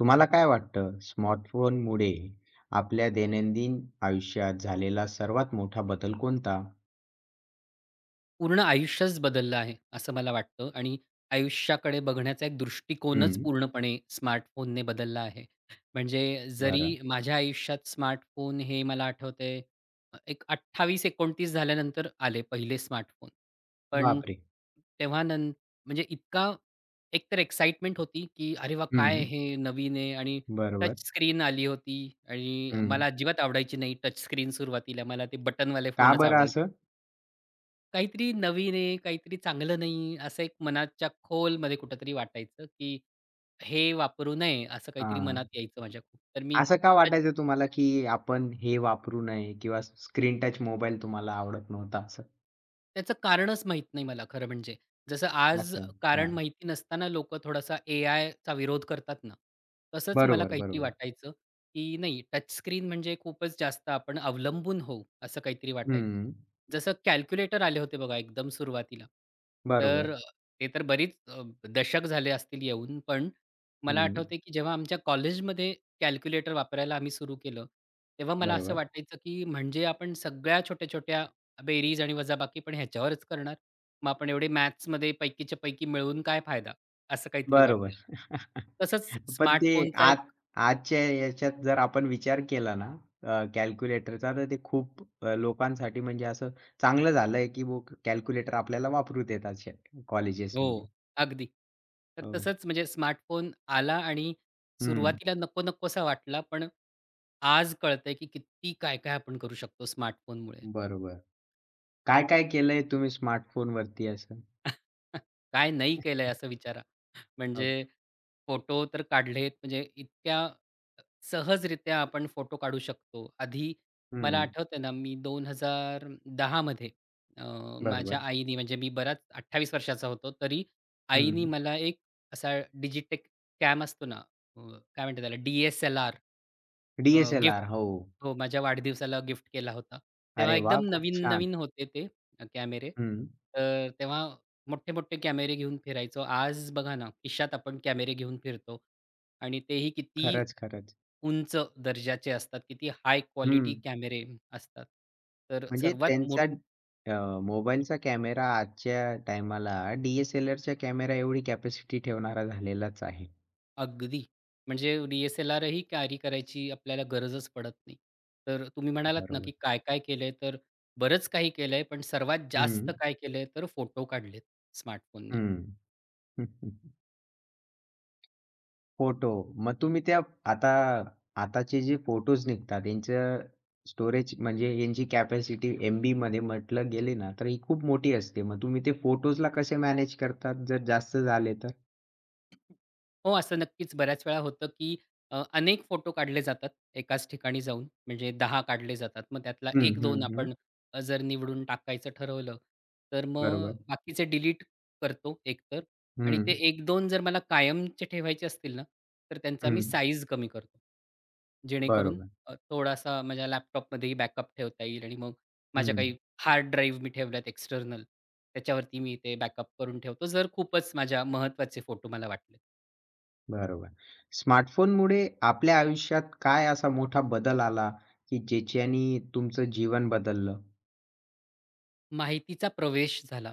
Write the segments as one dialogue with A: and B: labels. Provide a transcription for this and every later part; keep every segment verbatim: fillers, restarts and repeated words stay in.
A: तुम्हाला काय वाटतं, स्मार्टफोनमुळे आपल्या दैनंदिन आयुष्यात झालेला सर्वात मोठा बदल कोणता?
B: पूर्ण आयुष्यच बदललं आहे, असं मला वाटतं आणि आयुष्याकडे बघण्याचा एक दृष्टिकोनच
A: हं,
B: पूर्णपणे स्मार्टफोनने बदलला आहे. म्हणजे जरी
A: बरं.
B: माझ्या आयुष्यात स्मार्टफोन हे मला आठवतंय अ, एक अठ्ठावीस एकोणतीस झाल्यानंतर आले पहिले स्मार्टफोन. पण
A: बापरे!
B: तेव्हा नं म्हणजे इतका एकतर एक्साईटमेंट होती, की "अरे वाह!
A: हं,
B: काय हे नवीन आहे" आणि
A: बरोबर.
B: टच स्क्रीन आली होती आणि
A: हं.
B: मला अजिबात आवडायची नाही टच स्क्रीन सुरुवातीला. मला ते बटनवाले
A: का
B: फोनच
A: बरं असं?
B: आवडायचे. काहीतरी नवीन आहे, काहीतरी चांगलं नाही, असं एक मनाच्या खोलमध्ये कुठेतरी वाटायचं, की हे वापरू नये, असं काहीतरी मनात
A: हां.
B: यायचं माझ्या खूप. तर मी
A: असं का वाटायचं तुम्हाला, की आपण हे वापरू नये किंवा स्क्रीन टच मोबाईल तुम्हाला आवडत नव्हता असं?
B: त्याचं कारणच माहीत नाही मला खरं म्हणजे. जसं आज
A: असं.
B: कारण
A: हां.
B: माहिती नसताना लोकं थोडासा एआयचा विरोध करतात ना, तसंच मला
A: बरोबर,
B: काहीतरी
A: बरोबर.
B: वाटायचं, की नाही टच स्क्रीन म्हणजे खूपच जास्त आपण अवलंबून होऊ, असं काहीतरी वाटायचं.
A: हं.
B: जसं कॅल्क्युलेटर आले होते बघा एकदम सुरुवातीला.
A: बरोबर.
B: तर ते तर बरीच अ, दशक झाले असतील येऊन, पण मला
A: हं.
B: आठवतंय, की जेव्हा आमच्या कॉलेजमध्ये कॅल्क्युलेटर वापरायला आम्ही सुरू केलं, तेव्हा मला असं
A: बरोबर.
B: वाटायचं, की म्हणजे आपण सगळ्या छोट्या-छोट्या बेरीज आणि वजाबाकी पण ह्याच्यावरच करणार. मग आपण एवढे मॅथ्समध्ये पैकीच्या पैकी मिळवून काय फायदा? असं काहीतरी वाटलं.
A: बरोबर.
B: तसंच
A: पण ते
B: स्मार्टफोनचा एक
A: आज आजच्या याच्यात जर आपण विचार केला ना, अ, कॅल्क्युलेटरचा तर ते खूप अ, लोकांसाठी म्हणजे असं चांगलं झालंय, की वो कॅल्क्युलेटर आपल्याला वापरू देतात अशा
B: हो,
A: कॉलेजेसमध्ये.
B: अगदी. तर
A: हो.
B: तसंच म्हणजे स्मार्टफोन आला आणि
A: हं.
B: सुरुवातीला नको-नकोसा वाटला, पण आज कळतंय की किती काय-काय आपण करू शकतो स्मार्टफोनमुळे.
A: बरोबर. काय-काय केलंय तुम्ही स्मार्टफोनवरती असं?
B: काय नाही केलंय असं विचारा.
A: अ,
B: म्हणजे फोटो तर काढलेत म्हणजे इतक्या सहजरित्या आपण फोटो काढू शकतो. आधी मला
A: हं.
B: आठवतंय ना, मी दोन हजार दहा मध्ये अ, माझ्या
A: बरोबर.
B: आईनी म्हणजे मी बराच अठ्ठावीस वर्षाचा होतो, तरी आईनी
A: हं.
B: मला एक असा डिजिटेक कॅम असतो ना, अ, काय म्हणतात त्याला D S L R
A: D
B: uh,
A: S L
B: gift
A: हो.
B: हो, माझ्या वाढदिवसाला गिफ्ट केला होता. तेव्हा
A: अरे वाह!
B: एकदम
A: खूप छान.
B: नवीन-नवीन होते ते अ, कॅमेरे.
A: हं.
B: तर तेव्हा मोठे-मोठे कॅमेरे घेऊन फिरायचो. आज बघा ना, खिशात आपण कॅमेरे घेऊन फिरतो. आणि तेही किती
A: खरंच, खरंच.
B: उंच दर्जाचे असतात, किती हाय
A: हं.
B: क्वालिटी कॅमेरे असतात. तर
A: म्हणजे
B: सर्वात
A: त्यांचा
B: मोठ
A: अ, मोबाईलचा कॅमेरा आजच्या टायमाला डी-एस-एल-आरच्या कॅमेरा एवढी कॅपॅसिटी ठेवणारा झालेलाच आहे.
B: अगदी म्हणजे डी-एस-एल-आरही कॅरी करायची आपल्याला गरजच पडत नाही. तर तुम्ही म्हणालात ना,
A: बरोबर.
B: की काय-काय केलंय, तर बरंच काही केलंय, पण सर्वात जास्त
A: हं,
B: काय केलंय, तर फोटो काढलेत स्मार्टफोनने.
A: हं. फोटो. मग तुम्ही त्या आता आताचे जे फोटोज निघतात यांचं स्टोरेज म्हणजे यांची कॅपॅसिटी एमबी बीमध्ये म्हटलं गेली ना, तर ही खूप मोठी असते. मग तुम्ही ते फोटोजला कसे मॅनेज करतात जर जास्त झाले तर?
B: हो, असं नक्कीच बऱ्याच वेळा होतं, की अ, अनेक फोटो काढले जातात एकाच ठिकाणी जाऊन, म्हणजे दहा काढले जातात. मग त्यातला
A: हं,
B: एक
A: हं,
B: दोन
A: हं.
B: आपण अ, जर निवडून टाकायचं ठरवलं, तर मग
A: बरोबर.
B: बाकीचे डिलीट करतो एकतर आणि ते
A: हं,
B: एक दोन जर मला कायमचे ठेवायचे असतील ना, तर त्यांचा मी
A: हं.
B: साईज कमी करतो. जेणेकरून
A: बरोबर.
B: अ, थोडासा माझ्या लॅपटॉपमध्येही बॅकअप ठेवता येईल आणि मग माझ्या
A: हं.
B: काही हार्ड ड्राईव्ह मी ठेवल्यात एक्स्टर्नल, त्याच्यावरती मी ते बॅकअप करून ठेवतो, जर खूपच माझ्या महत्त्वाचे फोटो मला वाटले.
A: बरोबर. स्मार्टफोनमुळे आपल्या आयुष्यात काय असा मोठा बदल आला, की ज्याच्यानी तुमचं जीवन बदललं?
B: माहितीचा प्रवेश झाला.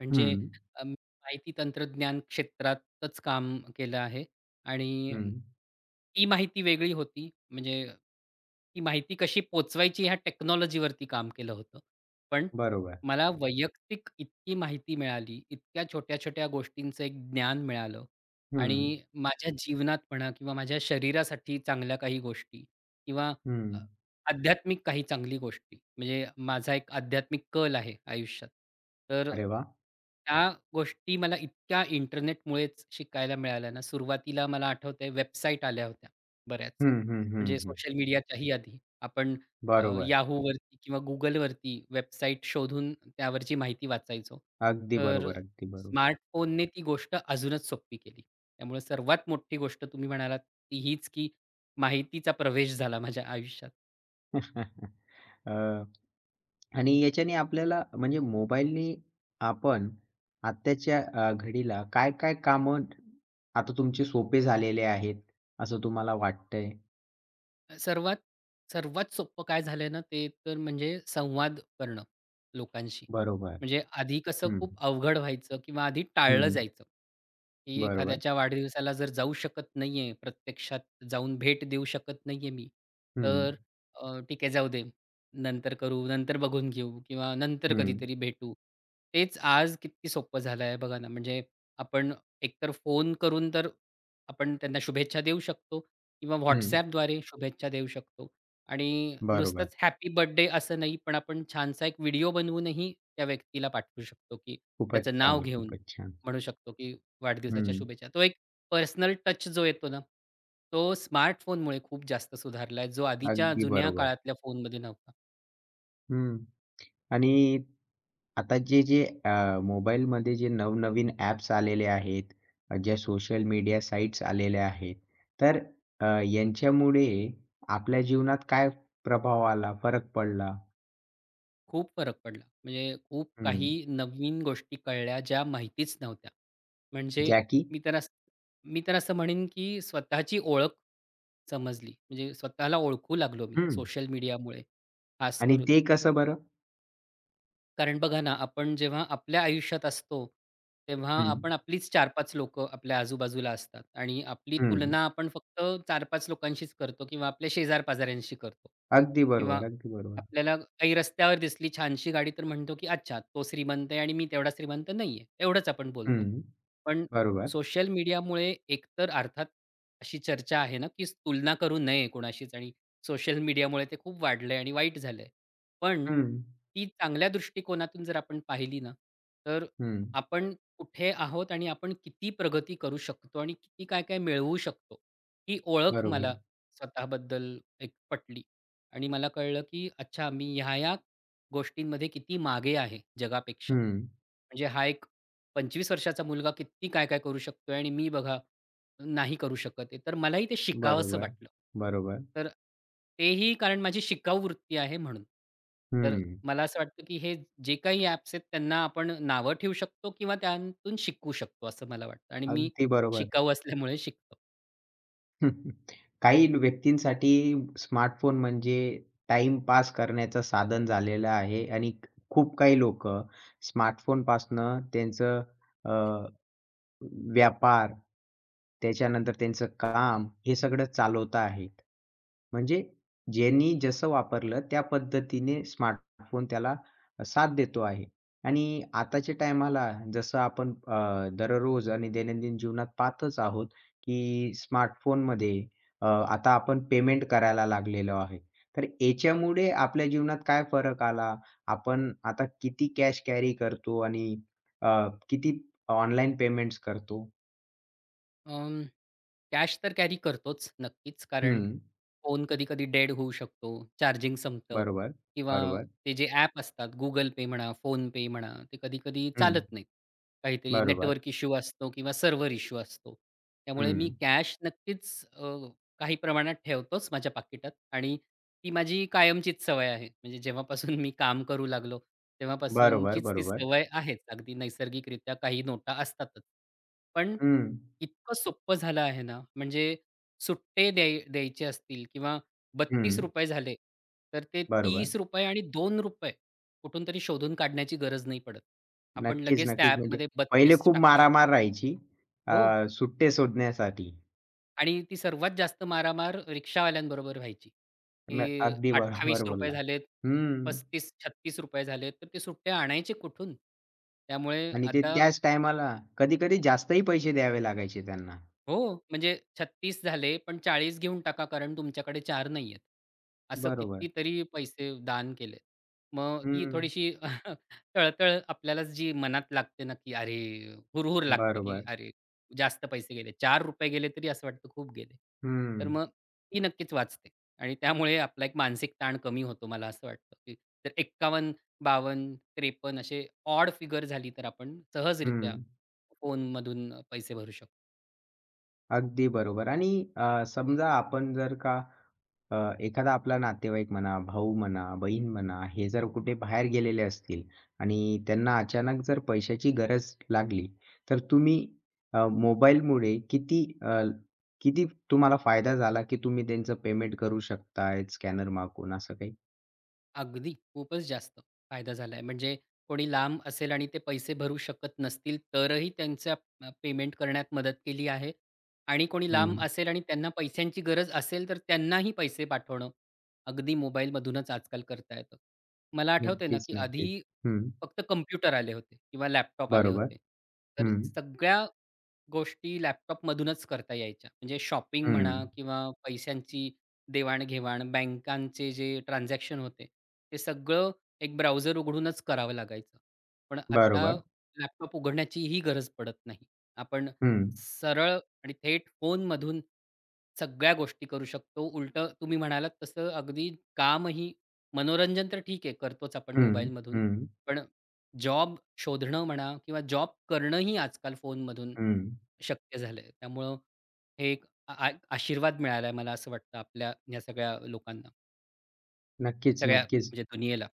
B: म्हणजे
A: हं,
B: अ, मी माहिती तंत्रज्ञान क्षेत्रातच काम केलं आहे आणि
A: हं.
B: ती माहिती वेगळी होती. म्हणजे ती माहिती कशी पोहचवायची ह्या टेक्नॉलॉजीवरती काम केलं होतं. पण
A: बरोबर.
B: मला वैयक्तिक इतकी माहिती मिळाली, इतक्या छोट्या-छोट्या गोष्टींचं एक ज्ञान मिळालं आणि
A: हं,
B: माझ्या जीवनात म्हणा किंवा माझ्या शरीरासाठी चांगल्या काही गोष्टी किंवा
A: हं.
B: आध्यात्मिक काही चांगली गोष्टी, म्हणजे माझा एक आध्यात्मिक कल आहे आयुष्यात. तर
A: अरे वा.
B: त्या गोष्टी मला इतक्या इंटरनेटमुळेच शिकायला मिळाल्या ना, सुरुवातीला मला आठवतंय वेबसाईट आल्या होत्या बऱ्याच,
A: हं, हं, हं,
B: म्हणजे
A: हं.
B: सोशल मीडियाच्याही आधी. आपण अ,
A: बरोबर.
B: Yahooवरती किंवा Googleवरती वेबसाईट शोधून त्यावरची माहिती वाचायचो.
A: अगदी
B: तर
A: बरोबर, अगदी बरोबर.
B: स्मार्टफोनने ती गोष्ट अजूनच सोपी केली. त्यामुळे सर्वात मोठी गोष्ट तुम्ही म्हणालात ती हीच, की माहितीचा प्रवेश झाला माझ्या आयुष्यात.
A: अ, आणि याच्याने आपल्याला म्हणजे मोबाईलनी आपण आत्ताच्या अ, घडीला काय-काय कामं आता तुमचे सोपे झालेले आहेत, असं तुम्हाला वाटतंय?
B: अ, सर्वात सर्वात सोपं काय झालंय ना, ते तर म्हणजे संवाद करणं लोकांशी.
A: बरोबर.
B: म्हणजे आधी कसं
A: हं,
B: खूप अवघड व्हायचं किंवा आधी टाळलं
A: हं.
B: जायचं, की
A: बरोबर.
B: एखाद्याच्या वाढदिवसाला जर जाऊ शकत नाहीये, प्रत्यक्षात जाऊन भेट देऊ शकत नाहीये मी,
A: हं,
B: तर अ, ठीक आहे जाऊ दे, नंतर करू, नंतर बघून घेऊ किंवा नंतर
A: हं,
B: कधीतरी भेटू. तेच आज किती सोपं झालं आहे बघा ना, म्हणजे आपण एकतर फोन करून तर आपण त्यांना शुभेच्छा देऊ शकतो किंवा
A: हं.
B: WhatsAppद्वारे शुभेच्छा देऊ शकतो आणि
A: बरोबर.
B: नुसतंच हॅपी बर्थडे असं नाही, पण आपण छानसा एक व्हिडिओ बनवूनही त्या व्यक्तीला पाठवू शकतो, की
A: खूपच
B: त्याचं नाव
A: छान,
B: घेऊन
A: खूपच छान.
B: म्हणू शकतो, की वाढदिवसाच्या
A: हं,
B: शुभेच्छा. तो एक पर्सनल टच जो येतो ना, तो स्मार्टफोनमुळे खूप जास्त सुधारला आहे, जो आधीच्या
A: अगदी
B: जुन्या
A: बरोबर.
B: काळातल्या फोनमध्ये नव्हता.
A: हं. आणि आता जे जे अ, मोबाईलमध्ये जे नवनवीन ॲप्स आलेले आहेत, अ, ज्या सोशल मीडिया साइट्स आलेल्या आहेत, तर अ, यांच्यामुळे आपल्या जीवनात काय प्रभाव आला, फरक पडला?
B: खूप फरक पडला. म्हणजे खूप काही
A: हं.
B: नवीन गोष्टी कळल्या ज्या माहितीच नव्हत्या. म्हणजे
A: ज्या की
B: मी तर असं मी तर असं म्हणेन, की स्वतःची ओळख समजली. म्हणजे स्वतःला ओळखू लागलो मी
A: हं.
B: सोशल मीडियामुळे खास
A: आणि
B: करून.
A: ते कसं बरं?
B: कारण बघा ना, आपण जेव्हा आपल्या आयुष्यात असतो, तेव्हा
A: हं,
B: आपण आपलीच चार पाच लोकं आपल्या आजूबाजूला असतात आणि आपली
A: हं.
B: तुलना आपण फक्त चार पाच लोकांशीच करतो किंवा आपल्या शेजार-पाजाऱ्यांशी करतो
A: अगदी
B: किंवा
A: बरोबर, अगदी बरोबर.
B: आपल्याला काही रस्त्यावर दिसली छानशी गाडी तर म्हणतो, की "अच्छा, तो श्रीमंत आहे आणि मी तेवढा श्रीमंत नाही आहे." एवढंच आपण बोलतो.
A: हं.
B: पण
A: बरोबर.
B: सोशल मीडियामुळे एकतर अर्थात अशी चर्चा आहे ना, की तुलना करू नये कोणाशीच आणि सोशल मीडियामुळे ते खूप वाढलंय आणि वाईट झालंय. पण
A: हं,
B: ती चांगल्या दृष्टिकोनातून जर आपण पाहिली ना, तर
A: हं.
B: आपण कुठे आहोत आणि आपण किती प्रगती करू शकतो आणि किती काय-काय मिळवू शकतो, ही ओळख
A: बरोबर.
B: मला स्वतःबद्दल एक पटली आणि मला कळलं, की अच्छा मी ह्या-ह्या गोष्टींमध्ये किती मागे आहे जगापेक्षा.
A: हं.
B: म्हणजे हा एक पंचवीस वर्षाचा मुलगा किती काय-काय करू शकतोय आणि मी बघा नाही करू शकत आहे. तर मलाही ते शिकावसं
A: बरोबर,
B: वाटलं.
A: बरोबर.
B: तर तेही कारण माझी शिकाऊ वृत्ती आहे म्हणून. तर
A: हं.
B: मला असं वाटतं, की हे जे काही ॲप्स आहेत त्यांना आपण नावं ठेवू शकतो किंवा त्यातून शिकू शकतो असं मला वाटतं आणि मी
A: अगदी बरोबर.
B: शिकाऊ असल्यामुळे शिकतो.
A: काही व्यक्तींसाठी स्मार्टफोन म्हणजे टाइम पास करण्याचं साधन झालेलं आहे आणि खूप काही लोक स्मार्टफोन स्मार्टफोनपासनं त्यांचं अ, व्यापार, त्याच्यानंतर त्यांचं काम हे सगळं चालवता आहेत. म्हणजे ज्यांनी जसं वापरलं त्या पद्धतीने स्मार्टफोन त्याला साथ देतो आहे. आणि आताच्या टायमाला जसं आपण अ, दररोज आणि दैनंदिन जीवनात पाहतच आहोत, की स्मार्टफोनमध्ये अ, आता आपण पेमेंट करायला लागलेलो आहे. तर याच्यामुळे आपल्या जीवनात काय फरक आला? आपण आता किती कॅश कॅरी करतो आणि अ, किती ऑनलाईन पेमेंट्स करतो.
B: अं, कॅश तर कॅरी करतोच नक्कीच. कारण
A: हं.
B: फोन कधी-कधी डेड होऊ शकतो, चार्जिंग संपतं
A: बरोबर,
B: किंवा
A: बरोबर.
B: ते जे ॲप असतात Google पे म्हणा, फोन पे म्हणा, ते कधी-कधी
A: हं.
B: चालत नाहीत. काहीतरी
A: बरोबर.
B: नेटवर्क इश्यू असतो किंवा सर्व्हर इश्यू असतो. त्यामुळे मी
A: हं.
B: कॅश नक्कीच अ, काही प्रमाणात ठेवतोच माझ्या पाकिटात आणि ती माझी कायमचीच सवय आहे. म्हणजे जेव्हापासून मी काम करू लागलो,
A: बरोबर,
B: तेव्हापासूनचीच ती
A: बरोबर.
B: सवय आहेच. अगदी नैसर्गिकरित्या काही नोटा असतातच. पण
A: हं.
B: इतकं सोपं झालं आहे ना, म्हणजे सुट्टे द्याय द्यायचे असतील किंवा
A: हं.
B: ₹बत्तीस रुपये झाले, तर ते
A: बरोबर.
B: ₹तीस रुपये आणि ₹दोन रुपये कुठून तरी शोधून काढण्याची गरज नाही पडत. आपण
A: नक्कीच,
B: लगेच त्या
A: नक्कीच. म्हणजे
B: ॲपमध्ये
A: पहिले
B: बत्तीस
A: खूप
B: टाकू शकतो.
A: मारामार राहायची अ,
B: हो.
A: सुट्टे शोधण्यासाठी.
B: आणि ती सर्वात जास्त मारामार रिक्षावाल्यांबरोबर व्हायची,
A: न
B: की
A: अगदी बरोबर
B: ₹अठ्ठावीस रुपये
A: बोललात.
B: झालेत,
A: हं.
B: ₹पस्तीस-छत्तीस डॉलर झालेत, तर ते सुट्टे आणायचे कुठून? त्यामुळे
A: आणि ते
B: आता
A: त्याच टायमाला कधी-कधी जास्तही पैसे द्यावे लागायचे त्यांना.
B: हो, म्हणजे छत्तीस झाले, पण चाळीस घेऊन टाका, कारण तुमच्याकडे चार नाहीयेत. असं
A: बरोबर.
B: कितीतरी पैसे दान केले मग ती
A: हं.
B: थोडीशी तळतळ आपल्यालाच जी मनात लागते ना, की अरे, हुरहुर लागते, की
A: बरोबर.
B: अरे, जास्त पैसे गेले. ₹चार रुपये गेले तरी असं वाटतं खूप गेले. तर
A: हं.
B: मग ती नक्कीच वाचते आणि त्यामुळे आपला एक मानसिक ताण कमी होतो. मला असं वाटतं, की जर एक्कावन्न, बावन्न, त्रेपन्न असे ऑड फिगर झाली, तर आपण सहजरित्या
A: हं.
B: फोनमधून पैसे भरू शकतो.
A: अगदी बरोबर आणि अ, समजा आपण जर का अ, एखादा आपला नातेवाईक म्हणा, भाऊ म्हणा, बहीण म्हणा, हे जर कुठे बाहेर गेलेले असतील आणि त्यांना अचानक जर पैशाची गरज लागली, तर तुम्ही अ, मोबाईलमुळे किती अ, किती तुम्हाला फायदा झाला, की तुम्ही त्यांचं पेमेंट करू शकताय स्कॅनर मागून असं काही?
B: अगदी. खूपच जास्त फायदा झालाय. म्हणजे कोणी लांब असेल आणि ते पैसे भरू शकत नसतील, तरही त्यांचा अ, पेमेंट करण्यात मदत केली आहे. आणि कोणी लांब
A: हं.
B: असेल आणि त्यांना पैशांची गरज असेल, तर त्यांनाही पैसे पाठवणं अगदी मोबाईलमधूनच आजकाल करता येतं. मला आठवतंय ना,
A: नक्कीच,
B: की
A: नक्कीच.
B: आधी
A: हं.
B: फक्त कॉम्प्युटर आले होते किंवा लॅपटॉप आले
A: बरोबर.
B: होते. तर
A: हं.
B: सगळ्या गोष्टी लॅपटॉपमधूनच करता यायच्या. म्हणजे शॉपिंग म्हणा
A: हं.
B: किंवा पैशांची देवाण-घेवाण, बँकांचे जे ट्रान्झॅक्शन होते, ते सगळं एक ब्राउझर उघडूनच करावं लागायचं. पण आता
A: बरोबर.
B: लॅपटॉप उघडण्याचीही गरज पडत नाही. आपण
A: हं.
B: सरळ आणि थेट फोनमधून सगळ्या गोष्टी करू शकतो. उलटं तुम्ही म्हणालात तसं अगदी कामही मनोरंजन तर ठीक आहे, करतोच आपण
A: हं.
B: मोबाईलमधून.
A: हं.
B: पण जॉब शोधणं म्हणा किंवा जॉब करणंही आजकाल फोनमधून
A: हं.
B: शक्य झालंय. त्यामुळं हे एक आ आ आशीर्वाद मिळालाय मला असं वाटतं आपल्या ह्या सगळ्या लोकांना,
A: नक्कीच,
B: सगळ्या
A: नक्कीच.
B: म्हणजे दुनियेला.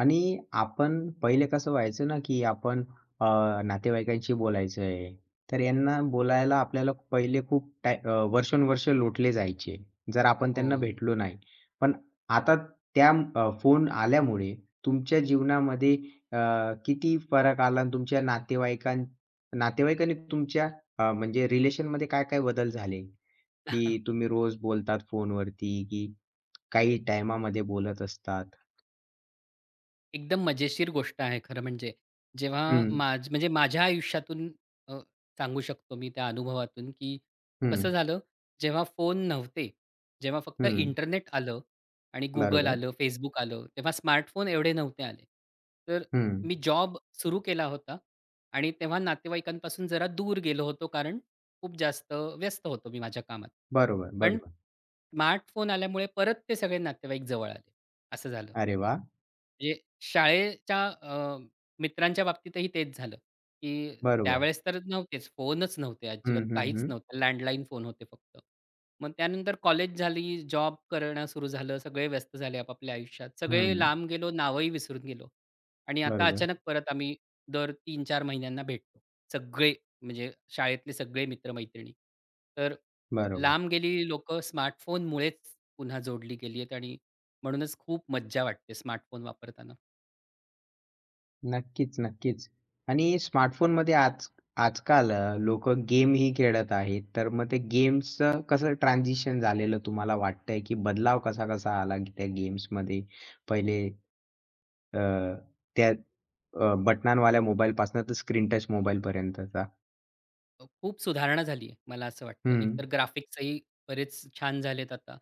A: आणि आपण पहिले कसं व्हायचं ना, की आपण अ, नातेवाईकांशी बोलायचं आहे, तर यांना बोलायला आपल्याला पहिले खूप टाय अ, वर्षानुवर्ष लोटले जायचे, जर आपण
B: हो.
A: त्यांना भेटलो नाही. पण आता त्या अ, फोन आल्यामुळे तुमच्या जीवनामध्ये अ, किती फरक आला आणि तुमच्या नातेवाईकां नातेवाईकांनी तुमच्या अ, म्हणजे रिलेशनमध्ये काय-काय बदल झाले? की तुम्ही रोज बोलतात फोनवरती, की काही टाईमामध्ये बोलत असतात?
B: एकदम मजेशीर गोष्ट आहे खरं म्हणजे. जेव्हा
A: हं,
B: माझ म्हणजे माझ्या आयुष्यातून अ, सांगू शकतो मी त्या अनुभवातून, की
A: हं,
B: कसं झालं, जेव्हा फोन नव्हते, जेव्हा फक्त
A: हं.
B: इंटरनेट आलं आणि Google
A: बरोबर.
B: आलं, फेसबुक आलं, तेव्हा स्मार्टफोन एवढे नव्हते आले. तर
A: हं.
B: मी जॉब सुरू केला होता आणि तेव्हा नातेवाईकांपासून जरा दूर गेलो होतो, कारण खूप जास्त व्यस्त होतो मी माझ्या कामात.
A: बरोबर,
B: पण
A: बरोबर.
B: स्मार्टफोन आल्यामुळे परत ते सगळे नातेवाईक जवळ आले. असं झालं.
A: अरे वाह!
B: म्हणजे शाळेच्या अ, मित्रांच्या बाबतीतही तेच झालं, की
A: बरोबर.
B: त्यावेळेस तर नव्हतेच, फोनच नव्हते
A: हं,
B: अजिबात
A: हं,
B: काहीच
A: हं.
B: नव्हतं. लँडलाईन फोन होते फक्त. मग त्यानंतर कॉलेज झाली, जॉब करणं सुरू झालं, सगळे व्यस्त झाले आपापल्या आयुष्यात. सगळे
A: हं.
B: लांब गेलो, नावंही विसरून गेलो आणि आता
A: बरोबर,
B: अचानक परत आम्ही दर तीन चार महिन्यांना भेटतो. सगळे म्हणजे शाळेतले सगळे मित्र तर
A: बरोबर.
B: लांब गेलेली लोकं स्मार्टफोनमुळेच पुन्हा जोडली गेली आहेत आणि म्हणूनच खूप मज्जा वाटते स्मार्टफोन वापरताना.
A: नक्कीच, नक्कीच. आणि स्मार्टफोनमध्ये आज आजकाल अ, लोकं गेमही खेळत आहेत. तर मग ते गेम्सचं कसं ट्रान्झिशन झालेलं तुम्हाला वाटतंय, की बदलाव कसा-कसा आला त्या गेम्समध्ये? पहिले अ, त्या अ, बटनांवाल्या मोबाईलपासनं तर स्क्रीन टच मोबाईलपर्यंतचा.
B: अ, खूप सुधारणा झाली आहे, मला असं वाटतं.
A: हं,
B: एकतर ग्राफिक्सही बरेच छान झालेत आता.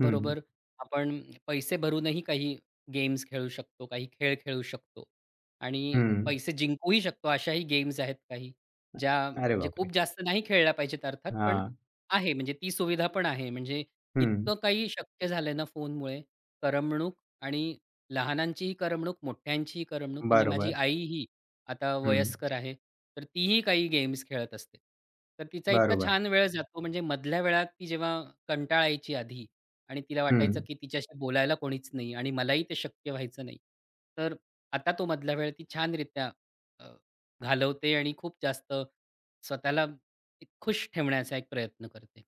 A: हं,
B: आपण पैसे भरूनही काही गेम्स खेळू शकतो, काही खेळ खेळू शकतो आणि
A: हं.
B: पैसे जिंकूही शकतो. अशाही गेम्स आहेत काही, ज्या
A: अरे
B: म्हणजे
A: बापरे!
B: खूप जास्त नाही खेळल्या पाहिजेत अर्थात, पण
A: हां.
B: आहे म्हणजे ती सुविधा पण आहे. म्हणजे
A: हं.
B: इतकं काही शक्य झालंय ना फोनमुळे, करमणूक आणि लहानांचीही करमणूक, मोठ्यांचीही करमणूक. म्हणजे माझी
A: बरोबर.
B: आई ही आता
A: हं.
B: वयस्कर आहे. तर तीही काही गेम्स खेळत असते. तर तिचा इतका
A: बरोबर.
B: छान वेळ हं. जातो म्हणजे मधल्या वेळात ती जेव्हा कंटाळायची आधी आणि तिला वाटायचं,
A: हं.
B: की तिच्याशी बोलायला कोणीच नाही आणि मलाही ते शक्य व्हायचं नाही. तर आता तो मधला वेळ ती छानरित्या अ, घालवते आणि खूप जास्त स्वतःला एक खुश ठेवण्याचा एक प्रयत्न करते.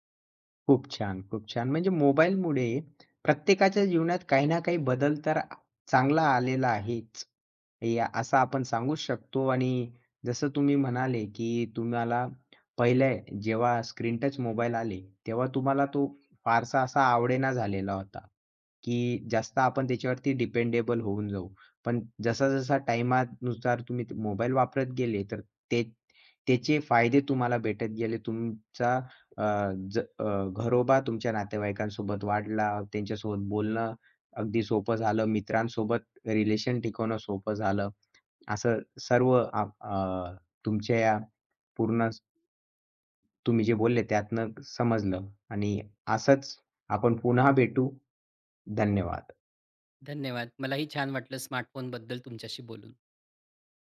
A: खूप छान, खूप छान. म्हणजे मोबाईलमुळे प्रत्येकाच्या जीवनात काही ना काही बदल तर आ चांगला आलेला आहेच. या असं आपण सांगूच शकतो आणि जसं तुम्ही म्हणाले, की तुम्हाला पहिले जेव्हा स्क्रीन टच मोबाईल आले, तेव्हा तुम्हाला तो फारसा असा आवडेना झालेला होता, की जास्त आपण त्याच्यावरती डिपेंडेबल होऊन जाऊ. पण जसा-जसा टाईमानुसार तुम्ही मोबाईल वापरत गेले, तर ते त्याचे फायदे तुम्हाला भेटत गेले. तुमचा अ, ज अ, घरोबा तुमच्या नातेवाईकांसोबत वाढला, त्यांच्यासोबत बोलणं अगदी सोपं झालं, मित्रांसोबत रिलेशन टिकवणं सोपं झालं. असं सर्व आ अ, तुमच्या या पूर्ण स- तुम्ही जे बोलले त्यातनं समजलं आणि असंच आपण पुन्हा भेटू. धन्यवाद.
B: धन्यवाद. मलाही छान वाटलं स्मार्टफोनबद्दल तुमच्याशी बोलून.